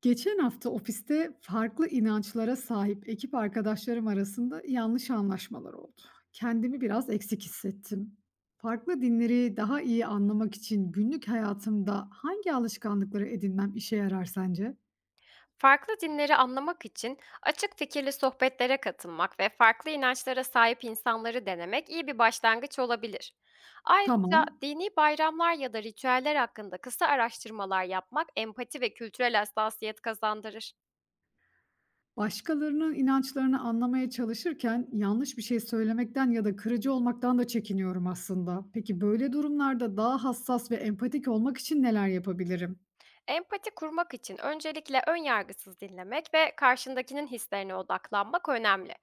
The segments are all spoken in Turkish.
Geçen hafta ofiste farklı inançlara sahip ekip arkadaşlarım arasında yanlış anlaşmalar oldu. Kendimi biraz eksik hissettim. Farklı dinleri daha iyi anlamak için günlük hayatımda hangi alışkanlıkları edinmem işe yarar sence? Farklı dinleri anlamak için açık fikirli sohbetlere katılmak ve farklı inançlara sahip insanları denemek iyi bir başlangıç olabilir. Ayrıca Tamam. dini bayramlar ya da ritüeller hakkında kısa araştırmalar yapmak empati ve kültürel hassasiyet kazandırır. Başkalarının inançlarını anlamaya çalışırken yanlış bir şey söylemekten ya da kırıcı olmaktan da çekiniyorum aslında. Peki böyle durumlarda daha hassas ve empatik olmak için neler yapabilirim? Empati kurmak için öncelikle ön yargısız dinlemek ve karşındakinin hislerine odaklanmak önemli.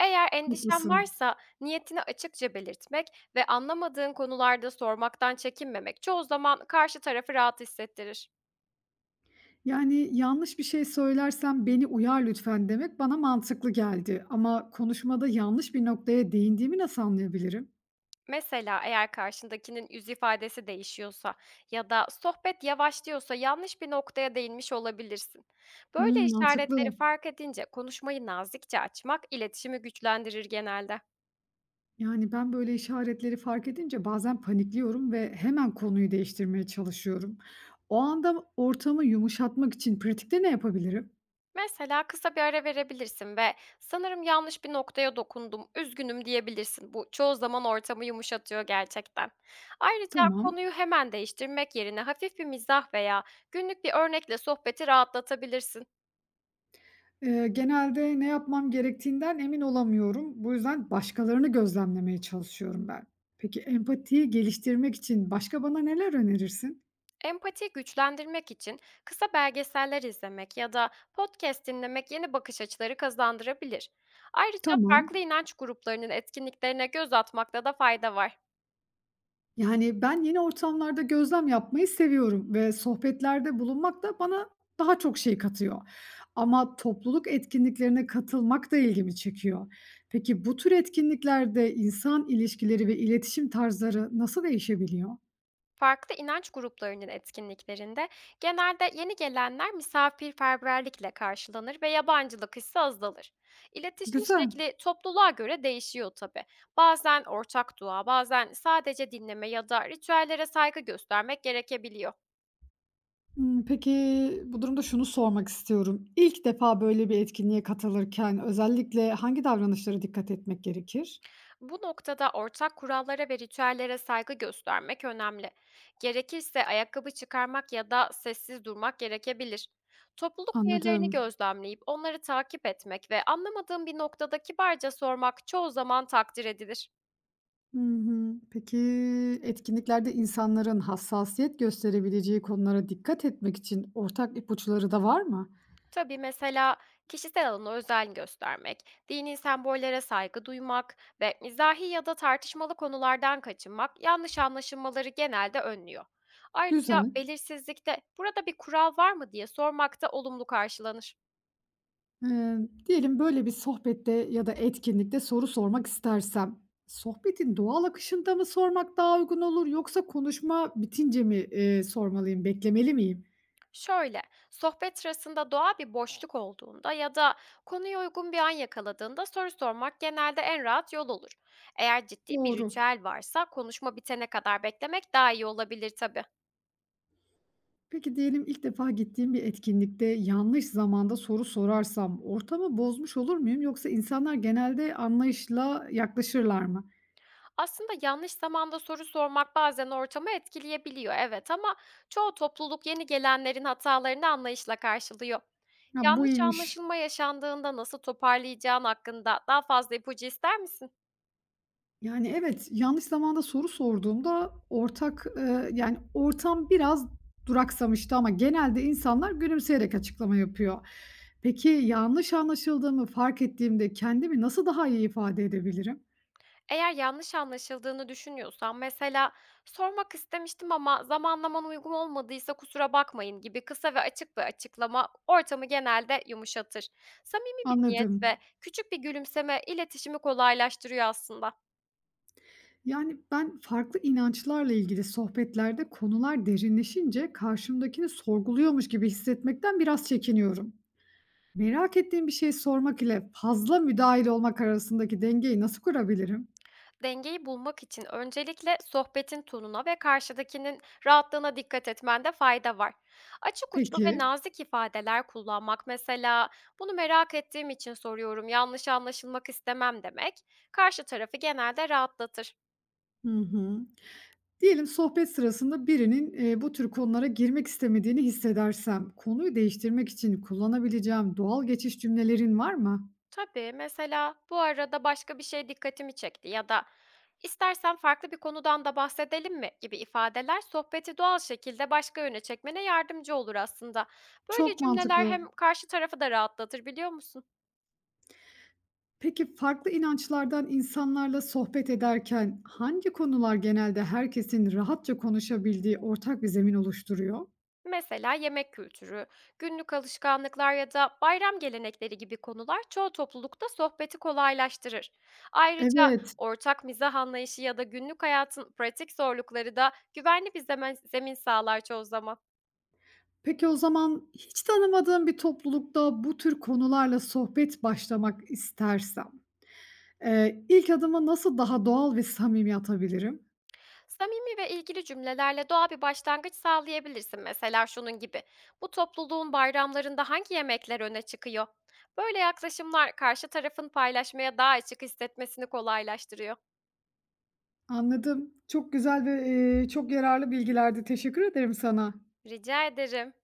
Eğer endişen Haklısın. varsa niyetini açıkça belirtmek ve anlamadığın konularda sormaktan çekinmemek çoğu zaman karşı tarafı rahat hissettirir. Yani, "Yanlış bir şey söylersem beni uyar lütfen." demek bana mantıklı geldi ama konuşmada yanlış bir noktaya değindiğimi nasıl anlayabilirim? Mesela eğer karşındakinin yüz ifadesi değişiyorsa ya da sohbet yavaşlıyorsa yanlış bir noktaya değinmiş olabilirsin. Böyle Hımm, işaretleri mantıklı. fark edince konuşmayı nazikçe açmak iletişimi güçlendirir genelde. Yani, ben böyle işaretleri fark edince bazen panikliyorum ve hemen konuyu değiştirmeye çalışıyorum. O anda ortamı yumuşatmak için pratikte ne yapabilirim? Mesela kısa bir ara verebilirsin ve "Sanırım yanlış bir noktaya dokundum, üzgünüm." diyebilirsin. Bu çoğu zaman ortamı yumuşatıyor gerçekten. Ayrıca Tamam. konuyu hemen değiştirmek yerine hafif bir mizah veya günlük bir örnekle sohbeti rahatlatabilirsin. Genelde ne yapmam gerektiğinden emin olamıyorum. Bu yüzden başkalarını gözlemlemeye çalışıyorum ben. Peki empatiyi geliştirmek için başka bana neler önerirsin? Empatiyi güçlendirmek için kısa belgeseller izlemek ya da podcast dinlemek yeni bakış açıları kazandırabilir. Ayrıca Tamam. farklı inanç gruplarının etkinliklerine göz atmakta da fayda var. Yani, ben yeni ortamlarda gözlem yapmayı seviyorum ve sohbetlerde bulunmak da bana daha çok şey katıyor. Ama topluluk etkinliklerine katılmak da ilgimi çekiyor. Peki bu tür etkinliklerde insan ilişkileri ve iletişim tarzları nasıl değişebiliyor? Farklı inanç gruplarının etkinliklerinde genelde yeni gelenler misafirperverlikle karşılanır ve yabancılık hissi azalır. İletişim Güzel. şekli topluluğa göre değişiyor tabii. Bazen ortak dua, bazen sadece dinleme ya da ritüellere saygı göstermek gerekebiliyor. Imm, peki bu durumda şunu sormak istiyorum. İlk defa böyle bir etkinliğe katılırken özellikle hangi davranışlara dikkat etmek gerekir? Bu noktada ortak kurallara ve ritüellere saygı göstermek önemli. Gerekirse ayakkabı çıkarmak ya da sessiz durmak gerekebilir. Topluluk üyelerini Anladım. gözlemleyip onları takip etmek ve anlamadığım bir noktada kibarca sormak çoğu zaman takdir edilir. Hı hı. Peki, etkinliklerde insanların hassasiyet gösterebileceği konulara dikkat etmek için ortak ipuçları da var mı? Tabii, mesela kişisel alana özen göstermek, dini sembollere saygı duymak ve mizahi ya da tartışmalı konulardan kaçınmak yanlış anlaşılmaları genelde önlüyor. Ayrıca Güzel. belirsizlikte "Burada bir kural var mı?" diye sormak da olumlu karşılanır. Eee, Diyelim böyle bir sohbette ya da etkinlikte soru sormak istersem, sohbetin doğal akışında mı sormak daha uygun olur yoksa konuşma bitince mi, sormalıyım, beklemeli miyim? Şöyle, sohbet sırasında doğal bir boşluk olduğunda ya da konuya uygun bir an yakaladığında soru sormak genelde en rahat yol olur. Eğer ciddi bir Doğru. ritüel varsa konuşma bitene kadar beklemek daha iyi olabilir tabii. Peki diyelim ilk defa gittiğim bir etkinlikte yanlış zamanda soru sorarsam ortamı bozmuş olur muyum yoksa insanlar genelde anlayışla yaklaşırlar mı? Aslında yanlış zamanda soru sormak bazen ortamı etkileyebiliyor, evet, ama çoğu topluluk yeni gelenlerin hatalarını anlayışla karşılıyor. Ya, bu Yanlış iyiymiş. anlaşılma yaşandığında nasıl toparlayacağın hakkında daha fazla ipucu ister misin? Yani, evet, yanlış zamanda soru sorduğumda ortak, yani, ortam biraz duraksamıştı ama genelde insanlar gülümseyerek açıklama yapıyor. Peki, yanlış anlaşıldığımı fark ettiğimde kendimi nasıl daha iyi ifade edebilirim? Eğer yanlış anlaşıldığını düşünüyorsan, mesela "Sormak istemiştim ama zamanlaman uygun olmadıysa kusura bakmayın." gibi kısa ve açık bir açıklama ortamı genelde yumuşatır. Samimi bir niyet Anladım. ve küçük bir gülümseme iletişimi kolaylaştırıyor aslında. Yani, ben farklı inançlarla ilgili sohbetlerde konular derinleşince karşımdakini sorguluyormuş gibi hissetmekten biraz çekiniyorum. Merak ettiğim bir şey sormak ile fazla müdahil olmak arasındaki dengeyi nasıl kurabilirim? Dengeyi bulmak için öncelikle sohbetin tonuna ve karşıdakinin rahatlığına dikkat etmende fayda var. Açık uçlu ve Peki. nazik ifadeler kullanmak, mesela "Bunu merak ettiğim için soruyorum, yanlış anlaşılmak istemem." demek, karşı tarafı genelde rahatlatır. Hı hı. Diyelim sohbet sırasında birinin, bu tür konulara girmek istemediğini hissedersem, konuyu değiştirmek için kullanabileceğim doğal geçiş cümlelerin var mı? Tabii, mesela "Bu arada başka bir şey dikkatimi çekti." ya da istersen farklı bir konudan da bahsedelim mi?" gibi ifadeler sohbeti doğal şekilde başka yöne çekmene yardımcı olur aslında. Böyle Çok cümleler mantıklı. hem karşı tarafı da rahatlatır, biliyor musun? Peki farklı inançlardan insanlarla sohbet ederken hangi konular genelde herkesin rahatça konuşabildiği ortak bir zemin oluşturuyor? Mesela yemek kültürü, günlük alışkanlıklar ya da bayram gelenekleri gibi konular çoğu toplulukta sohbeti kolaylaştırır. Ayrıca Evet. ortak mizah anlayışı ya da günlük hayatın pratik zorlukları da güvenli bir zemin sağlar çoğu zaman. Peki o zaman hiç tanımadığım bir toplulukta bu tür konularla sohbet başlamak istersem ilk adımı nasıl daha doğal ve samimi atabilirim? Samimi ve ilgili cümlelerle doğal bir başlangıç sağlayabilirsin, mesela şunun gibi: "Bu topluluğun bayramlarında hangi yemekler öne çıkıyor?" Böyle yaklaşımlar karşı tarafın paylaşmaya daha açık hissetmesini kolaylaştırıyor. Anladım. Çok güzel ve çok yararlı bilgilerdi. Teşekkür ederim sana. Rica ederim.